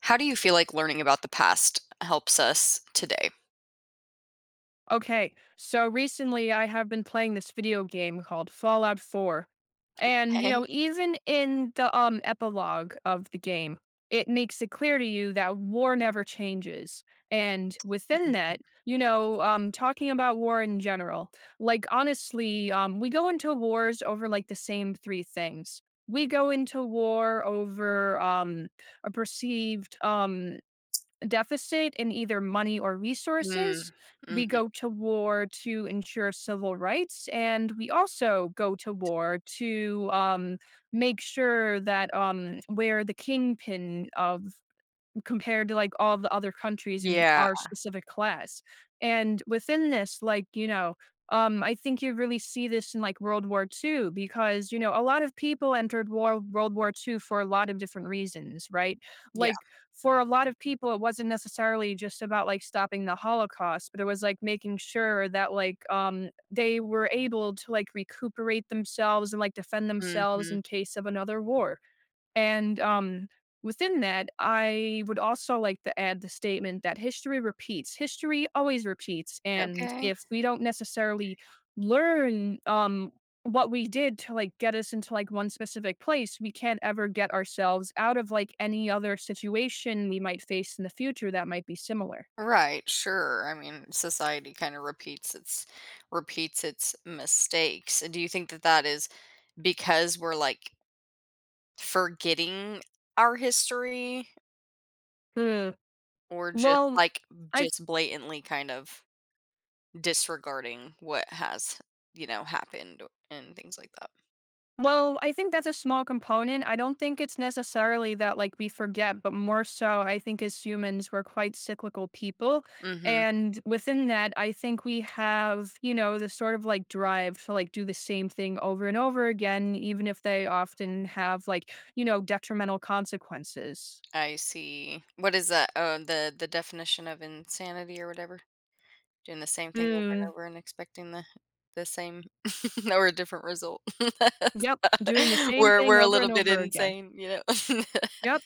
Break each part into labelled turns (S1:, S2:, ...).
S1: How do you feel like learning about the past helps us today?
S2: Okay, so recently I have been playing this video game called Fallout 4. And, you know,
S1: Okay.
S2: even in the epilogue of the game, it makes it clear to you that war never changes. And within that, you know, talking about war in general, like honestly, we go into wars over like the same three things. We go into war over a perceived deficit in either money or
S1: Mm,
S2: resources. We
S1: mhm.
S2: go to war to ensure civil rights, and we also go to war to make sure that we're the kingpin of compared to, like, all the other countries in
S1: Yeah,
S2: our specific class, and within this, like, you know, I think you really see this in, like, World War II because, you know, a lot of people entered war World War II for a lot of different reasons, right?
S1: yeah,
S2: Like, for a lot of people, it wasn't necessarily just about, like, stopping the Holocaust, but it was, like, making sure that, like, they were able to, like, recuperate themselves and, like, defend themselves
S1: mhm,
S2: in case of another war. And within that, I would also like to add the statement that history repeats. History always repeats, and
S1: okay.
S2: if we don't necessarily learn what we did to like get us into like one specific place, we can't ever get ourselves out of like any other situation we might face in the future that might be similar.
S1: Right, sure, I mean, society kinda repeats its mistakes. Do you think that that is because we're, like, forgetting our history
S2: Hmm.
S1: or just,
S2: Well,
S1: like,
S2: I
S1: just blatantly kind of disregarding what has, happened and things like that?
S2: Well, I think that's a small component. I don't think it's necessarily that like we forget, but more so I think as humans we're quite cyclical people.
S1: Mhm.
S2: And within that, I think we have, you know, the sort of like drive to like do the same thing over and over again, even if they often have like, you know, detrimental consequences.
S1: I see. What is that? Oh, the definition of insanity or whatever? Doing the same thing over and
S2: Mm,
S1: over and expecting the same or a different result.
S2: yep. Doing the same
S1: We're
S2: thing
S1: we're a
S2: over
S1: little
S2: and
S1: bit
S2: over again.
S1: insane,
S2: Yep.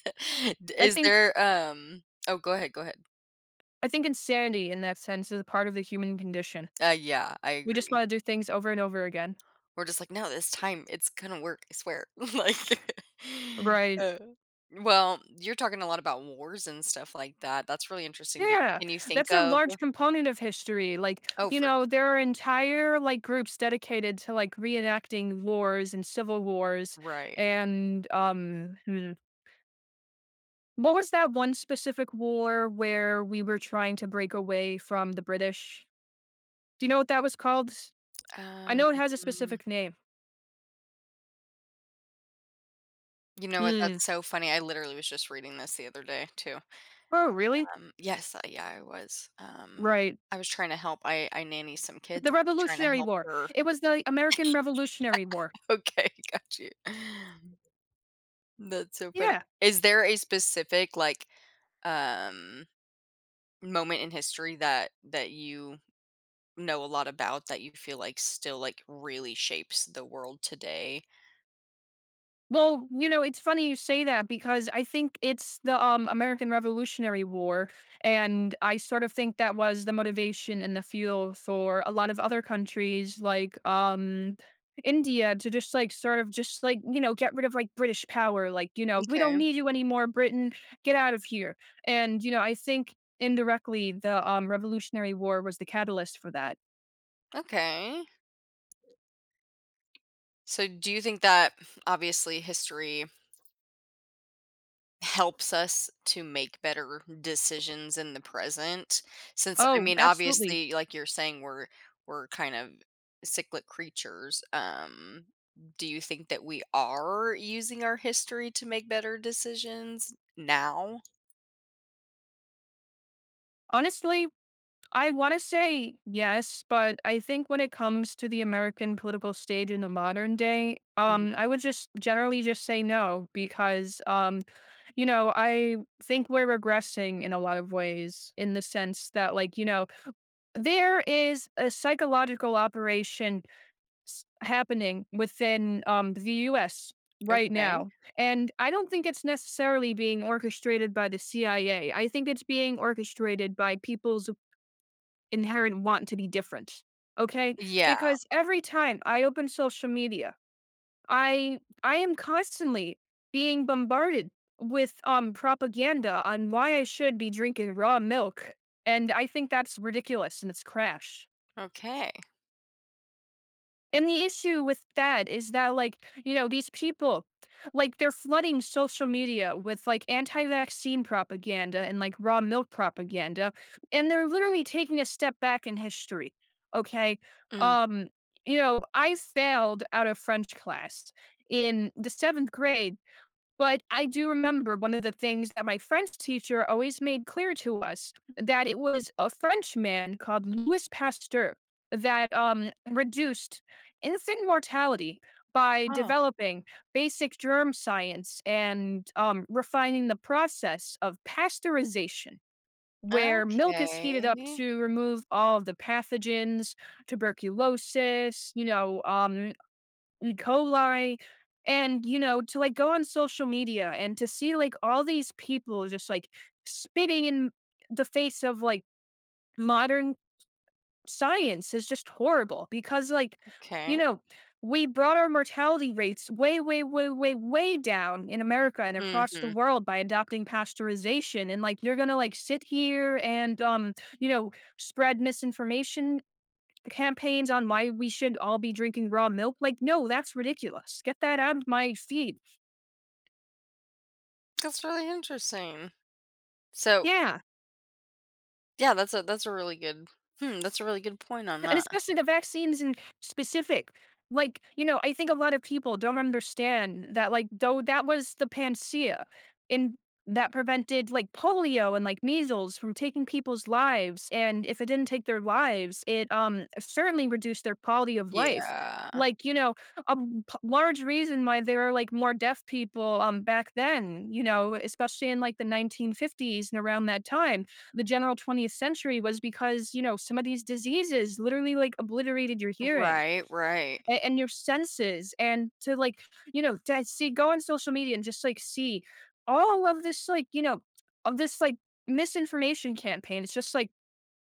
S2: I
S1: Is
S2: think
S1: there oh go ahead, go ahead.
S2: I think insanity in that sense is a part of the human condition.
S1: Yeah, I
S2: We just
S1: agree.
S2: want to do things over and over again.
S1: We're just like, no, this time it's gonna work, I swear. like
S2: Right.
S1: uh, well, you're talking a lot about wars and stuff like that. That's really interesting.
S2: Yeah,
S1: Can you think
S2: that's a
S1: of
S2: large component of history. Like,
S1: Oh,
S2: you
S1: for
S2: know, there are entire like groups dedicated to like reenacting wars and civil wars.
S1: right.
S2: And what was that one specific war where we were trying to break away from the British? Do you know what that was called? I
S1: Um,
S2: know it has a specific name.
S1: you know what?
S2: Hmm.
S1: That's so funny. I literally was just reading this the other day too.
S2: Oh, really?
S1: Yes, yeah, I was.
S2: Right.
S1: I was trying to help. I nanny some kids,
S2: The
S1: and I was trying to
S2: Revolutionary
S1: help
S2: War.
S1: her.
S2: It was the American Revolutionary War.
S1: Okay, got you. That's so funny.
S2: Yeah.
S1: Is there a specific like um moment in history that you know a lot about that you feel like still like really shapes the world today?
S2: Well, you know, it's funny you say that because I think it's the American Revolutionary War, and I sort of think that was the motivation and the fuel for a lot of other countries like India to just like sort of just like you know get rid of like British power, like you know we don't
S1: Okay.
S2: need you anymore, Britain, get out of here. And you know, I think indirectly the Revolutionary War was the catalyst for that.
S1: Okay. So do you think that obviously history helps us to make better decisions in the present, since, I
S2: Oh,
S1: mean,
S2: absolutely.
S1: obviously, like you're saying, we're kind of cyclic creatures, do you think that we are using our history to make better decisions now?
S2: Honestly, I want to say yes, but I think when it comes to the American political stage in the modern day,
S1: Mhm,
S2: I would just generally just say no because, you know, I think we're regressing in a lot of ways in the sense that, like, you know, there is a psychological operation happening within the U.S. right
S1: okay.
S2: now, and I don't think it's necessarily being orchestrated by the CIA. I A. I think it's being orchestrated by people's inherent want to be different, okay?
S1: Yeah,
S2: Because every time I open social media, I am constantly being bombarded with, propaganda on why I should be drinking raw milk, and I think that's ridiculous and it's crash.
S1: okay.
S2: And the issue with that is that, like, you know, these people, like, they're flooding social media with, like, anti-vaccine propaganda and, like, raw milk propaganda, and they're literally taking a step back in history, okay?
S1: Mm,
S2: Um, you know, I failed out of French class in the 7th grade but I do remember one of the things that my French teacher always made clear to us that it was a French man called Louis Pasteur that reduced infant mortality by
S1: oh,
S2: developing basic germ science and refining the process of pasteurization, where milk is heated up
S1: okay,
S2: to remove all of the pathogens, tuberculosis, you know, coli and you know to like go on social media and to see like all these people just like spitting in the face of like modern science is just horrible because like you
S1: okay.
S2: know we brought our mortality rates way way way way way down in america and across the
S1: Mhm.
S2: world by adopting pasteurization and like you're gonna like sit here and you know spread misinformation the campaigns on why we should all be drinking raw milk. Like, no, that's ridiculous. Get that out of my feed.
S1: That's really interesting. So,
S2: Yeah,
S1: yeah, that's a really good hmm, that's a really good point on
S2: and
S1: that.
S2: especially the vaccines in specific. Like, you know, I think a lot of people don't understand that, like, though that was the panacea and that prevented like polio and like measles from taking people's lives. And if it didn't take their lives, it certainly reduced their quality of life.
S1: Yeah.
S2: Like, you know, large reason why there were like more deaf people back then, you know, especially in like the 1950s and around that time the general 20th century was because, you know, some of these diseases literally like obliterated your hearing
S1: Right, right.
S2: and your senses. And to like, you know, to see, go on social media and just like see all of this, like, you know, of this like misinformation campaign. It's just like,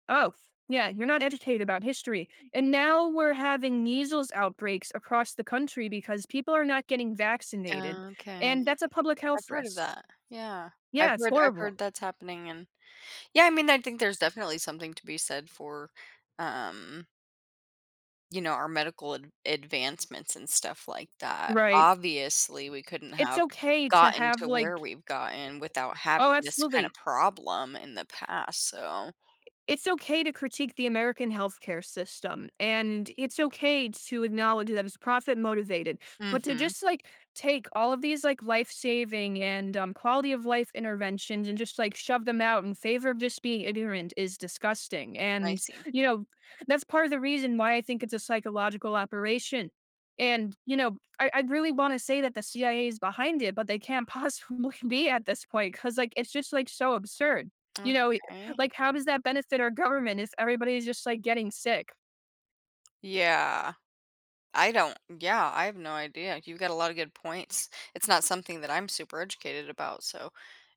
S2: oh, yeah, you're not educated about history. And now we're having measles outbreaks across the country because people are not getting vaccinated.
S1: Okay.
S2: And that's a public health
S1: I've heard of
S2: risk.
S1: that. Yeah.
S2: Yeah, it's
S1: I've
S2: horrible.
S1: heard that's happening and yeah, I mean, I think there's definitely something to be said for, um, you know, our medical ad advancements and stuff like that.
S2: Right.
S1: Obviously, we couldn't
S2: It's
S1: have
S2: okay to
S1: gotten
S2: have
S1: to where
S2: like
S1: we've gotten without
S2: oh,
S1: having this kind of
S2: absolutely.
S1: problem in the past, so
S2: It's okay to critique the American healthcare system, and it's okay to acknowledge that it's profit motivated. But to
S1: mhm.
S2: just like take all of these like life saving and quality of life interventions and just like shove them out in favor of just being ignorant is disgusting.
S1: I
S2: And,
S1: see.
S2: you know, that's part of the reason why I think it's a psychological operation. And, you know, I really want to say that the CIA is behind it, but they can't possibly be at this point because, like, it's just like so absurd you know,
S1: Okay.
S2: like, how does that benefit our government if everybody's just like getting sick?
S1: Yeah. I don't yeah, I have no idea. You've got a lot of good points. It's not something that I'm super educated about, so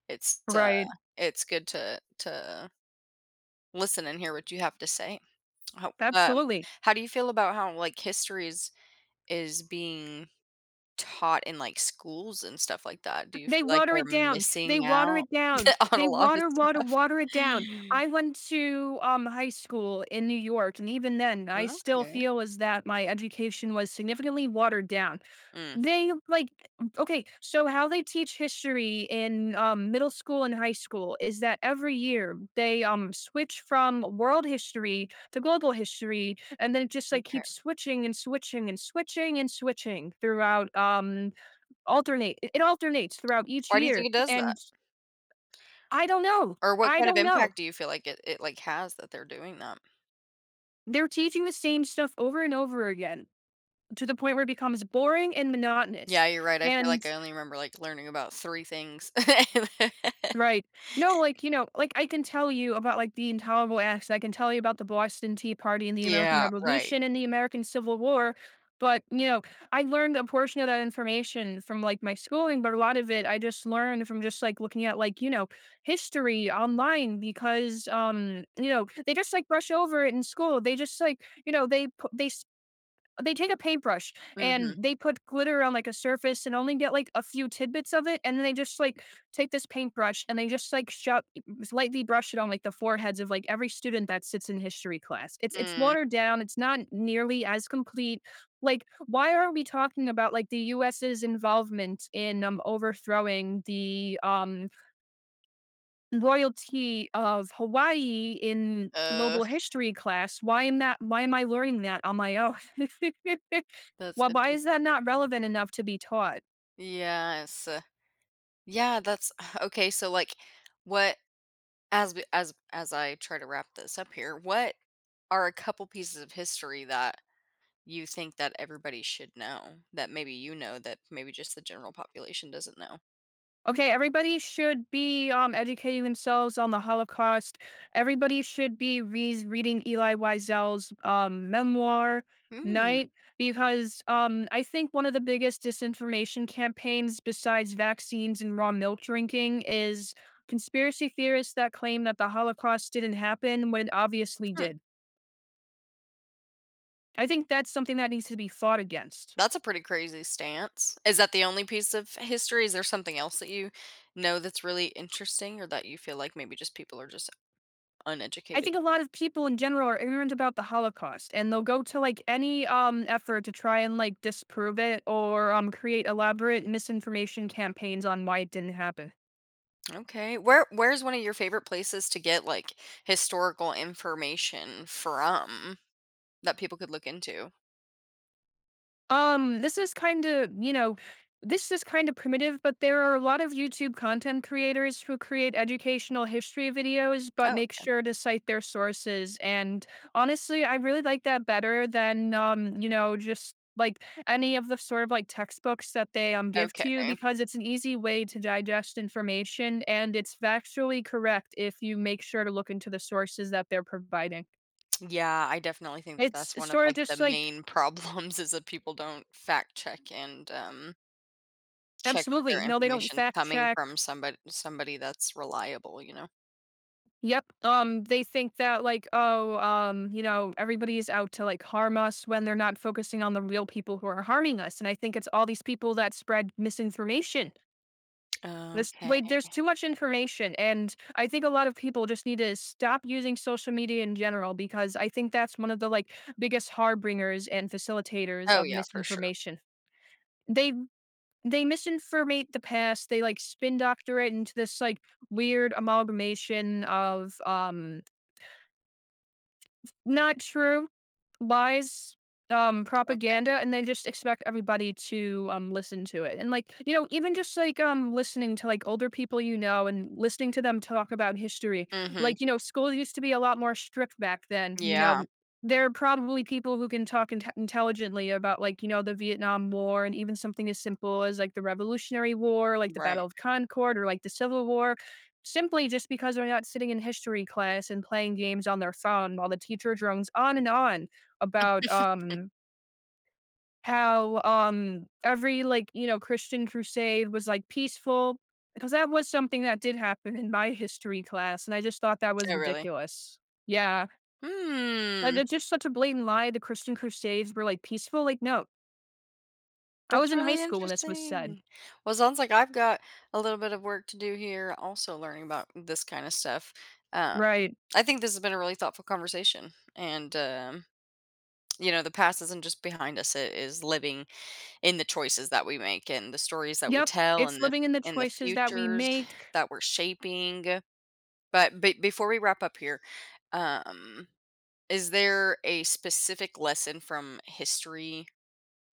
S1: it's, uh,
S2: Right.
S1: it's good to listen and hear what you have to say. How um,
S2: Absolutely.
S1: how do you feel about how, like, history is being taught in, like, schools and stuff like that? Do you
S2: They
S1: feel like
S2: water
S1: they're
S2: it down. They
S1: missing
S2: water
S1: out
S2: it down.
S1: on a
S2: They
S1: lot of
S2: water, water,
S1: stuff?
S2: water it down. I went to high school in New York, and even then I still
S1: Okay.
S2: feel as that my education was significantly watered down.
S1: Mm,
S2: They like okay, so how they teach history in, middle school and high school is that every year they, switch from world history to global history, and then it just, like,
S1: m'kay.
S2: keeps switching and switching and switching and switching throughout, alternate it it alternates throughout each
S1: Why do you think
S2: year,
S1: it does that?
S2: and I don't know.
S1: Or what
S2: I
S1: kind of
S2: don't
S1: impact
S2: know.
S1: do you feel like like, has that they're doing that?
S2: They're teaching the same stuff over and over again to the point where it becomes boring and monotonous,
S1: Yeah, you're right. I feel
S2: and
S1: like I only remember, like, learning about 3 things.
S2: right. No, like, you know, like, I can tell you about, like, the intolerable acts, I can tell you about the Boston Tea Party and the American
S1: Yeah, right.
S2: Revolution and the American Civil War, but, you know, I learned a portion of that information from, like, my schooling, but a lot of it I just learned from just, like, looking at, like, you know, history online because, you know, they just, like, brush over it in school. They just, like, you know, they pu they take a paintbrush
S1: Mhm.
S2: and they put glitter on like a surface and only get like a few tidbits of it, and then they just like take this paintbrush and they just like shove lightly brush it on like the foreheads of like every student that sits in history class. It's
S1: Mm,
S2: watered down. It's not nearly as complete. Like, why are we talking about like the U.S.'s involvement in overthrowing the royalty of Hawaii in
S1: uh,
S2: global history class. Why am I learning that on my own?
S1: that's
S2: well, why
S1: interest
S2: is that not relevant enough to be taught?
S1: Yes. Yeah, that's okay, so, like, what as we as I try to wrap this up here, what are a couple pieces of history that you think that everybody should know, that maybe you know that maybe just the general population doesn't know?
S2: Okay, everybody should be educating themselves on the Holocaust. Everybody should be reading Eli Wiesel's memoir,
S1: Mm.
S2: Night, because I think one of the biggest disinformation campaigns, besides vaccines and raw milk drinking, is conspiracy theorists that claim that the Holocaust didn't happen when it obviously did. I think that's something that needs to be fought against.
S1: That's a pretty crazy stance. Is that the only piece of history? Is there something else that you know that's really interesting or that you feel like maybe just people are just
S2: I
S1: uneducated?
S2: think a lot of people in general are ignorant about the Holocaust, and they'll go to, like, any, effort to try and, like, disprove it or, create elaborate misinformation campaigns on why it didn't happen.
S1: Okay. Where's one of your favorite places to get like historical information from that people could look into?
S2: This is kind of, you know, this is kind of primitive, but there are a lot of YouTube content creators who create educational history videos, but
S1: Oh,
S2: make sure to cite their sources. And honestly, I really like that better than, you know, just like any of the sort of like textbooks that they give
S1: okay.
S2: to you because it's an easy way to digest information and it's factually correct if you make sure to look into the sources that they're providing.
S1: Yeah, I definitely think
S2: It's
S1: that's one of
S2: sort of
S1: like the
S2: just like
S1: main problems is that people don't fact check and check that their
S2: absolutely no, they don't
S1: information's
S2: fact
S1: coming from
S2: check
S1: somebody that's reliable, you know.
S2: yep. They think that like, oh, you know, everybody's out to like harm us when they're not focusing on the real people who are harming us. And I think it's all these people that spread misinformation. This wait,
S1: Okay.
S2: there's too much information. And I think a lot of people just need to stop using social media in general because I think that's one of the like biggest harbingers and facilitators
S1: Oh,
S2: of
S1: yeah, for sure.
S2: misinformation. They they misinformate the past. They like spin doctor it into this like weird amalgamation of not true lies,
S1: Okay.
S2: propaganda, and they just expect everybody to, listen to it. And, like, you know, even just, like, listening to, like, older people you know and listening to them talk about history.
S1: Mhm.
S2: Like, you know, school used to be a lot more strict back then, you
S1: Yeah.
S2: know? There are probably people who can talk intelligently about, like, you know, the Vietnam War and even something as simple as, like, the Revolutionary War, like, the Battle
S1: Right.
S2: of Concord or, like, the Civil War, simply just because they're not sitting in history class and playing games on their phone while the teacher drones on and on about how every like you know Christian crusade was like peaceful because that was something that did happen in my history class, and I just thought that was
S1: Oh, really?
S2: ridiculous. Yeah,
S1: Hmm.
S2: that's just such a blatant lie. The Christian crusades were like peaceful. Like no, I
S1: That's
S2: was in high
S1: really
S2: school when this was said.
S1: interesting. Well, it sounds like I've got a little bit of work to do here, also learning about this kind of stuff. Uh,
S2: Right.
S1: I think this has been a really thoughtful conversation. And, you know, the past isn't just behind us, it is living in the choices that we make and the stories that we
S2: Yep.
S1: tell
S2: It's
S1: and
S2: living in the
S1: the
S2: choices that we
S1: futures
S2: make.
S1: that we're shaping. But, before we wrap up here, um, is there a specific lesson from history?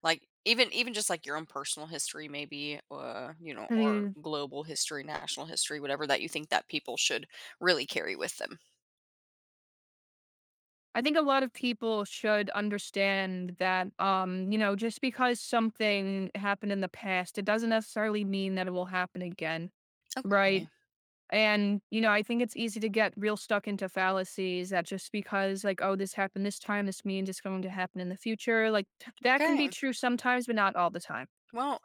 S1: Like even just like your own personal history maybe, you know, or global history, national history, whatever that you think that people should really carry with them.
S2: I think a lot of people should understand that, you know, just because something happened in the past, it doesn't necessarily mean that it will happen again, right?
S1: Okay.
S2: And, you know, I think it's easy to get real stuck into fallacies that just because, like, oh, this happened this time, this means it's going to happen in the future. Like, that can
S1: Okay.
S2: be true sometimes, but not all the time.
S1: Well,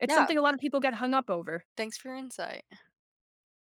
S2: It's
S1: yeah,
S2: something a lot of people get hung up over.
S1: thanks for your insight.